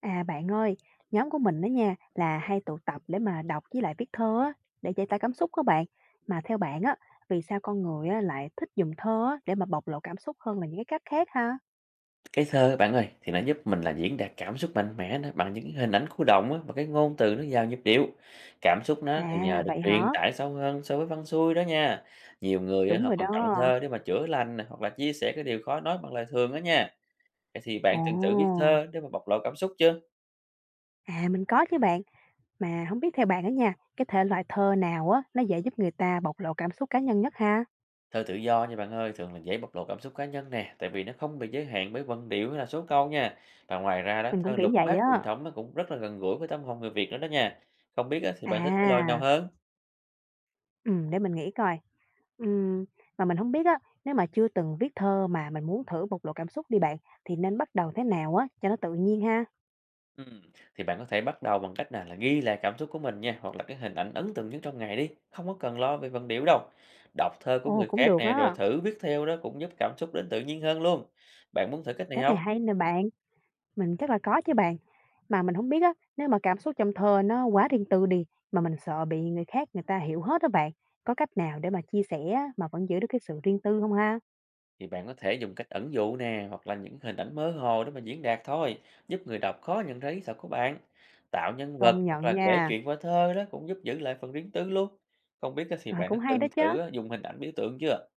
À, bạn ơi, nhóm của mình đó nha là hay tụ tập để mà đọc với lại viết thơ á, để giải tỏa cảm xúc các bạn. Mà theo bạn á, vì sao con người á, lại thích dùng thơ á, để mà bộc lộ cảm xúc hơn là những cái cách khác ha? Cái thơ bạn ơi, thì nó giúp mình là diễn đạt cảm xúc mạnh mẽ nè, bằng những cái hình ảnh khu động á, và cái ngôn từ nó vào nhịp điệu. Cảm xúc nó thì À, nhờ được vậy truyền hả? tải sâu hơn so với văn xuôi đó nha. Nhiều người á, Đúng họ rồi còn chọn đó. thơ để mà chữa lành nè, hoặc là chia sẻ cái điều khó nói bằng lời thường đó nha. Vậy thì bạn Ồ, từng thử viết thơ để mà bộc lộ cảm xúc chưa? à mình có chứ bạn. Mà không biết theo bạn đó nha, cái thể loại thơ nào á nó dễ giúp người ta bộc lộ cảm xúc cá nhân nhất ha? Thơ tự do nha bạn ơi, thường là dễ bộc lộ cảm xúc cá nhân nè, tại vì nó không bị giới hạn bởi vần điệu hay là số câu nha. Và ngoài ra đó, Mình cũng thơ nghĩ lục vậy bát truyền á. thống nó cũng rất là gần gũi với tâm hồn người Việt nữa đó nha. Không biết á, thì bạn thích thể loại nào À, hơn? ừ, để mình nghĩ coi. Ừm, mà mình không biết á, nếu mà chưa từng viết thơ mà mình muốn thử bộc lộ cảm xúc đi bạn, thì nên bắt đầu thế nào á cho nó tự nhiên ha? Ừm, thì bạn có thể bắt đầu bằng cách nào là ghi lại cảm xúc của mình nha, hoặc là cái hình ảnh ấn tượng nhất trong ngày đi, không có cần lo về vần điệu đâu. Đọc thơ của Ồ, người cũng khác được nè, rồi á, thử viết theo đó cũng giúp cảm xúc đến tự nhiên hơn luôn. Bạn muốn thử cách này cách này không? hay nè bạn, mình chắc là có chứ bạn. Mà mình không biết á, nếu mà cảm xúc trong thơ nó quá riêng tư đi, mà mình sợ bị người khác người ta hiểu hết đó bạn, có cách nào để mà chia sẻ á mà vẫn giữ được cái sự riêng tư không ha? Thì bạn có thể dùng cách ẩn dụ nè, hoặc là những hình ảnh mơ hồ để mà diễn đạt thôi, giúp người đọc khó nhận ra ý thật của bạn. Tạo nhân vật Công hoặc nhận là kể nha, chuyện qua thơ đó cũng giúp giữ lại phần riêng tư luôn. Không biết á, thì ờ, bạn đã cũng hay đó từng chứ. thử á, dùng hình ảnh biểu tượng chưa?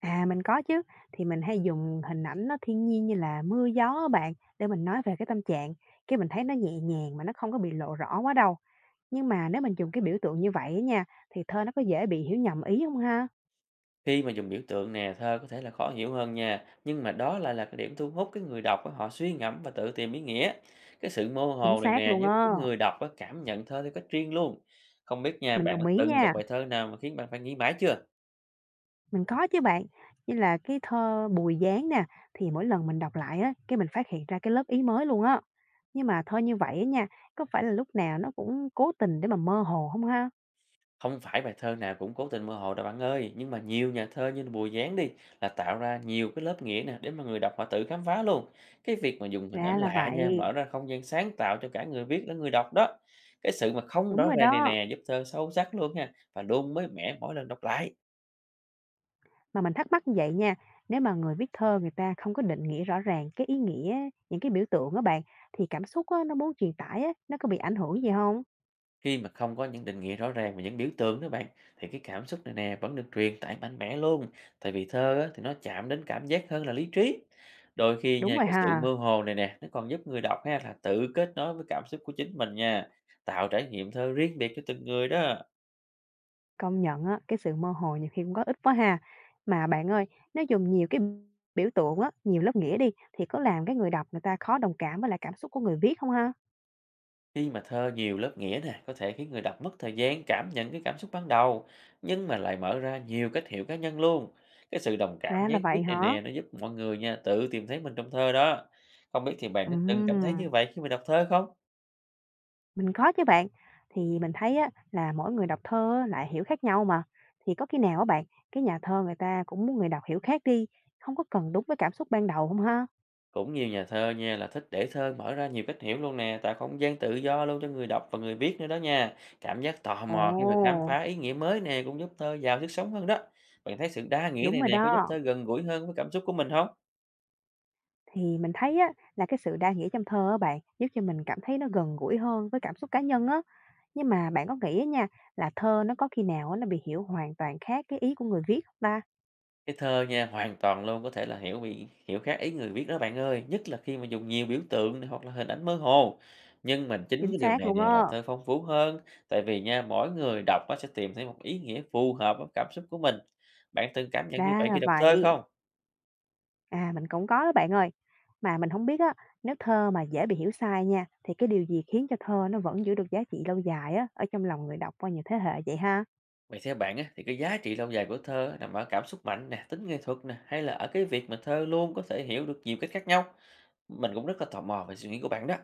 À, mình có chứ, thì mình hay dùng hình ảnh nó thiên nhiên như là mưa gió á bạn, để mình nói về cái tâm trạng, cái mình thấy nó nhẹ nhàng mà nó không có bị lộ rõ quá đâu. Nhưng mà nếu mình dùng cái biểu tượng như vậy á nha, thì thơ nó có dễ bị hiểu nhầm ý không ha? Khi mà dùng biểu tượng nè, thơ có thể là khó hiểu hơn nha, nhưng mà đó lại là cái điểm thu hút cái người đọc á, họ suy ngẫm và tự tìm ý nghĩa. Cái sự mơ Chính hồ này xác nè luôn giúp á, cái người đọc á, cảm nhận thơ theo cách riêng luôn. Không biết nha, mình bạn đã đồng ý từng đọc nha. bài thơ nào mà khiến bạn phải nghĩ mãi chưa? Mình có chứ bạn, như là cái thơ Bùi Giáng nè, thì mỗi lần mình đọc lại á, cái mình phát hiện ra cái lớp ý mới luôn á. Nhưng mà thơ như vậy á nha, có phải là lúc nào nó cũng cố tình để mà mơ hồ không ha? Không phải bài thơ nào cũng cố tình mơ hồ đâu bạn ơi, nhưng mà nhiều nhà thơ như là Bùi Giáng đi là tạo ra nhiều cái lớp nghĩa nè để mà người đọc họ tự khám phá luôn. Cái việc mà dùng hình ảnh Ra là lạ nha, vậy, mở ra không gian sáng tạo cho cả người viết lẫn người đọc đó. Cái sự mà không đúng rõ rồi ràng này đó. nè giúp thơ sâu sắc luôn nha và luôn mới mẻ mỗi lần đọc lại. Mà mình thắc mắc như vậy nha, nếu mà người viết thơ người ta không có định nghĩa rõ ràng cái ý nghĩa, những cái biểu tượng đó bạn, thì cảm xúc á, nó muốn truyền tải á, nó có bị ảnh hưởng gì không? Khi mà không có những định nghĩa rõ ràng và những biểu tượng đó bạn, thì cái cảm xúc này nè vẫn được truyền tải mạnh mẽ luôn. Tại vì thơ á, thì nó chạm đến cảm giác hơn là lý trí. Đôi khi Đúng nha, rồi cái sự ha, mơ hồ này nè nó còn giúp người đọc ha là tự kết nối với cảm xúc của chính mình nha, tạo trải nghiệm thơ riêng biệt cho từng người đó. công nhận á, cái sự mơ hồ nhiều khi cũng có ích quá ha. Mà bạn ơi, nếu dùng nhiều cái biểu tượng á, nhiều lớp nghĩa đi, thì có làm cái người đọc người ta khó đồng cảm với lại cảm xúc của người viết không ha? Khi mà thơ nhiều lớp nghĩa nè, có thể khiến người đọc mất thời gian cảm nhận cái cảm xúc ban đầu, nhưng mà lại mở ra nhiều cách hiểu cá nhân luôn. Cái sự đồng cảm Ra là gián tiếp vậy này hả? nè, nó giúp mọi người nha, tự tìm thấy mình trong thơ đó. Không biết thì bạn đã từng cảm thấy Ừm. như vậy khi mà đọc thơ không? Mình có chứ bạn. Thì mình thấy á, là mỗi người đọc thơ á, lại hiểu khác nhau mà. Thì có khi nào á bạn, cái nhà thơ người ta cũng muốn người đọc hiểu khác đi, không có cần đúng với cảm xúc ban đầu không ha? Cũng nhiều nhà thơ nha là thích để thơ mở ra nhiều cách hiểu luôn nè, tạo không gian tự do luôn cho người đọc và người viết nữa đó nha. Cảm giác tò Ồ, mò khi mà khám phá ý nghĩa mới nè cũng giúp thơ giàu sức sống hơn đó. Bạn thấy sự đa nghĩa đúng này rồi nè có giúp đó. thơ gần gũi hơn với cảm xúc của mình không? Thì mình thấy á, là cái sự đa nghĩa trong thơ á bạn, giúp cho mình cảm thấy nó gần gũi hơn với cảm xúc cá nhân á. Nhưng mà bạn có nghĩ á nha, là thơ nó có khi nào á, nó bị hiểu hoàn toàn khác cái ý của người viết không ta? Cái thơ nha, hoàn toàn luôn, có thể là hiểu bị hiểu khác ý người viết đó bạn ơi, nhất là khi mà dùng nhiều biểu tượng này hoặc là hình ảnh mơ hồ. Nhưng mà chính Chính cái điều xác này luôn nè làm á. thơ phong phú hơn, tại vì nha, mỗi người đọc nó sẽ tìm thấy một ý nghĩa phù hợp với cảm xúc của mình. Bạn từng cảm nhận như Đa vậy là khi đọc thơ vậy. không? À, mình cũng có đó bạn ơi. Mà mình không biết á, nếu thơ mà dễ bị hiểu sai nha, thì cái điều gì khiến cho thơ nó vẫn giữ được giá trị lâu dài á, ở trong lòng người đọc qua nhiều thế hệ vậy ha? Vậy theo bạn á, thì cái giá trị lâu dài của thơ á, nằm ở cảm xúc mạnh nè, tính nghệ thuật nè, hay là ở cái việc mà thơ luôn có thể hiểu được nhiều cách khác nhau? Mình cũng rất là tò mò về suy nghĩ của bạn đó.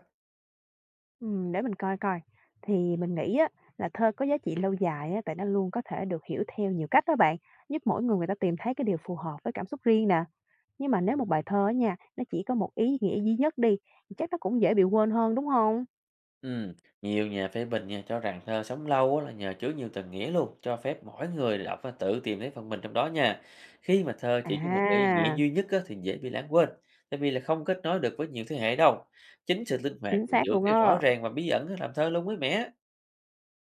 Để mình coi coi. Thì mình nghĩ á, là thơ có giá trị lâu dài á, tại nó luôn có thể được hiểu theo nhiều cách đó bạn, giúp mỗi người người ta tìm thấy cái điều phù hợp với cảm xúc riêng nè. Nhưng mà nếu một bài thơ á nha, nó chỉ có một ý nghĩa duy nhất đi, thì chắc nó cũng dễ bị quên hơn, đúng không? Ừm, Nhiều nhà phê bình nha cho rằng thơ sống lâu á là nhờ chứa nhiều tầng nghĩa luôn, cho phép mỗi người đọc và tự tìm thấy phần mình trong đó nha. Khi mà thơ chỉ có một cái ý nghĩa À, duy nhất á, thì dễ bị lãng quên, tại vì là không kết nối được với nhiều thế hệ đâu. Chính sự linh hoạt chính xác giữa luôn cái á. rõ ràng và bí ẩn á, làm thơ luôn mới mẻ.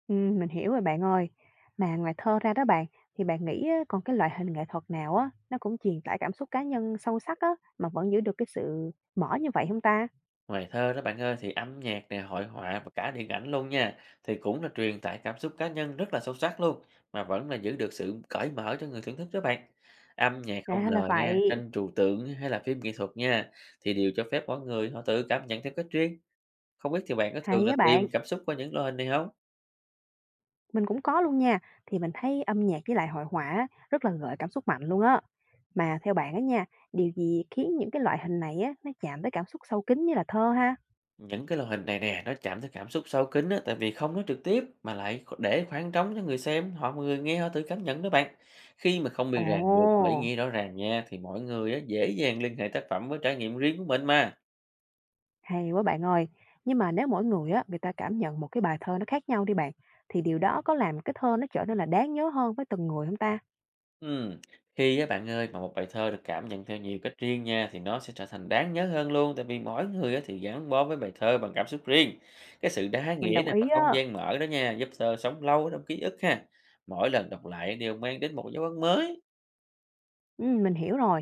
Mình hiểu rồi bạn ơi. Mà ngoài thơ ra đó bạn, thì bạn nghĩ á, còn cái loại hình nghệ thuật nào á, nó cũng truyền tải cảm xúc cá nhân sâu sắc á, mà vẫn giữ được cái sự mở như vậy không ta? Ngoài thơ đó bạn ơi, thì âm nhạc nè, hội họa và cả điện ảnh luôn nha, thì cũng là truyền tải cảm xúc cá nhân rất là sâu sắc luôn mà vẫn là giữ được sự cởi mở cho người thưởng thức đó bạn. Âm nhạc không Ra là lời nha, vậy, tranh trừu tượng hay là phim nghệ thuật nha, thì đều cho phép mỗi người họ tự cảm nhận theo cách riêng. Không biết thì bạn có thường hay là á bạn, tìm cảm xúc qua những loại hình này không? mình cũng có luôn nha. Thì mình thấy âm nhạc với lại hội họa á, rất là gợi cảm xúc mạnh luôn á. Mà theo bạn á nha, điều gì khiến những cái loại hình này á, nó chạm tới cảm xúc sâu kín như là thơ ha? Những cái loại hình này nè, nó chạm tới cảm xúc sâu kín á, tại vì không nói trực tiếp mà lại để khoảng trống cho người xem, họ người nghe họ tự cảm nhận đó bạn. Khi mà không Ồ! bị ràng buộc bởi ý nghĩa rõ ràng nha, thì mọi người á, dễ dàng liên hệ tác phẩm với trải nghiệm riêng của mình mà. Hay quá bạn ơi. Nhưng mà nếu mỗi người á, người ta cảm nhận một cái bài thơ nó khác nhau đi bạn, thì điều đó có làm cái thơ nó trở nên là đáng nhớ hơn với từng người không ta? Ừm, Khi á, bạn ơi, mà một bài thơ được cảm nhận theo nhiều cách riêng nha, thì nó sẽ trở thành đáng nhớ hơn luôn, tại vì mỗi người á, thì gắn bó với bài thơ bằng cảm xúc riêng. Cái sự đa Mình nghĩa đồng nè và ý không á. gian mở đó nha, giúp thơ sống lâu ở trong ký ức ha. Mỗi lần đọc lại đều mang đến một dấu ấn mới. Ừ, mình hiểu rồi.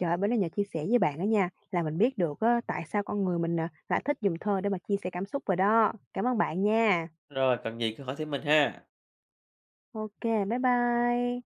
Trời ơi, bữa nay nhờ chia sẻ với bạn đó nha, là mình biết được á, tại sao con người mình nè lại thích dùng thơ để mà chia sẻ cảm xúc rồi đó. Cảm ơn bạn nha. Rồi, cần gì cứ hỏi thêm mình ha. Ok, bye bye.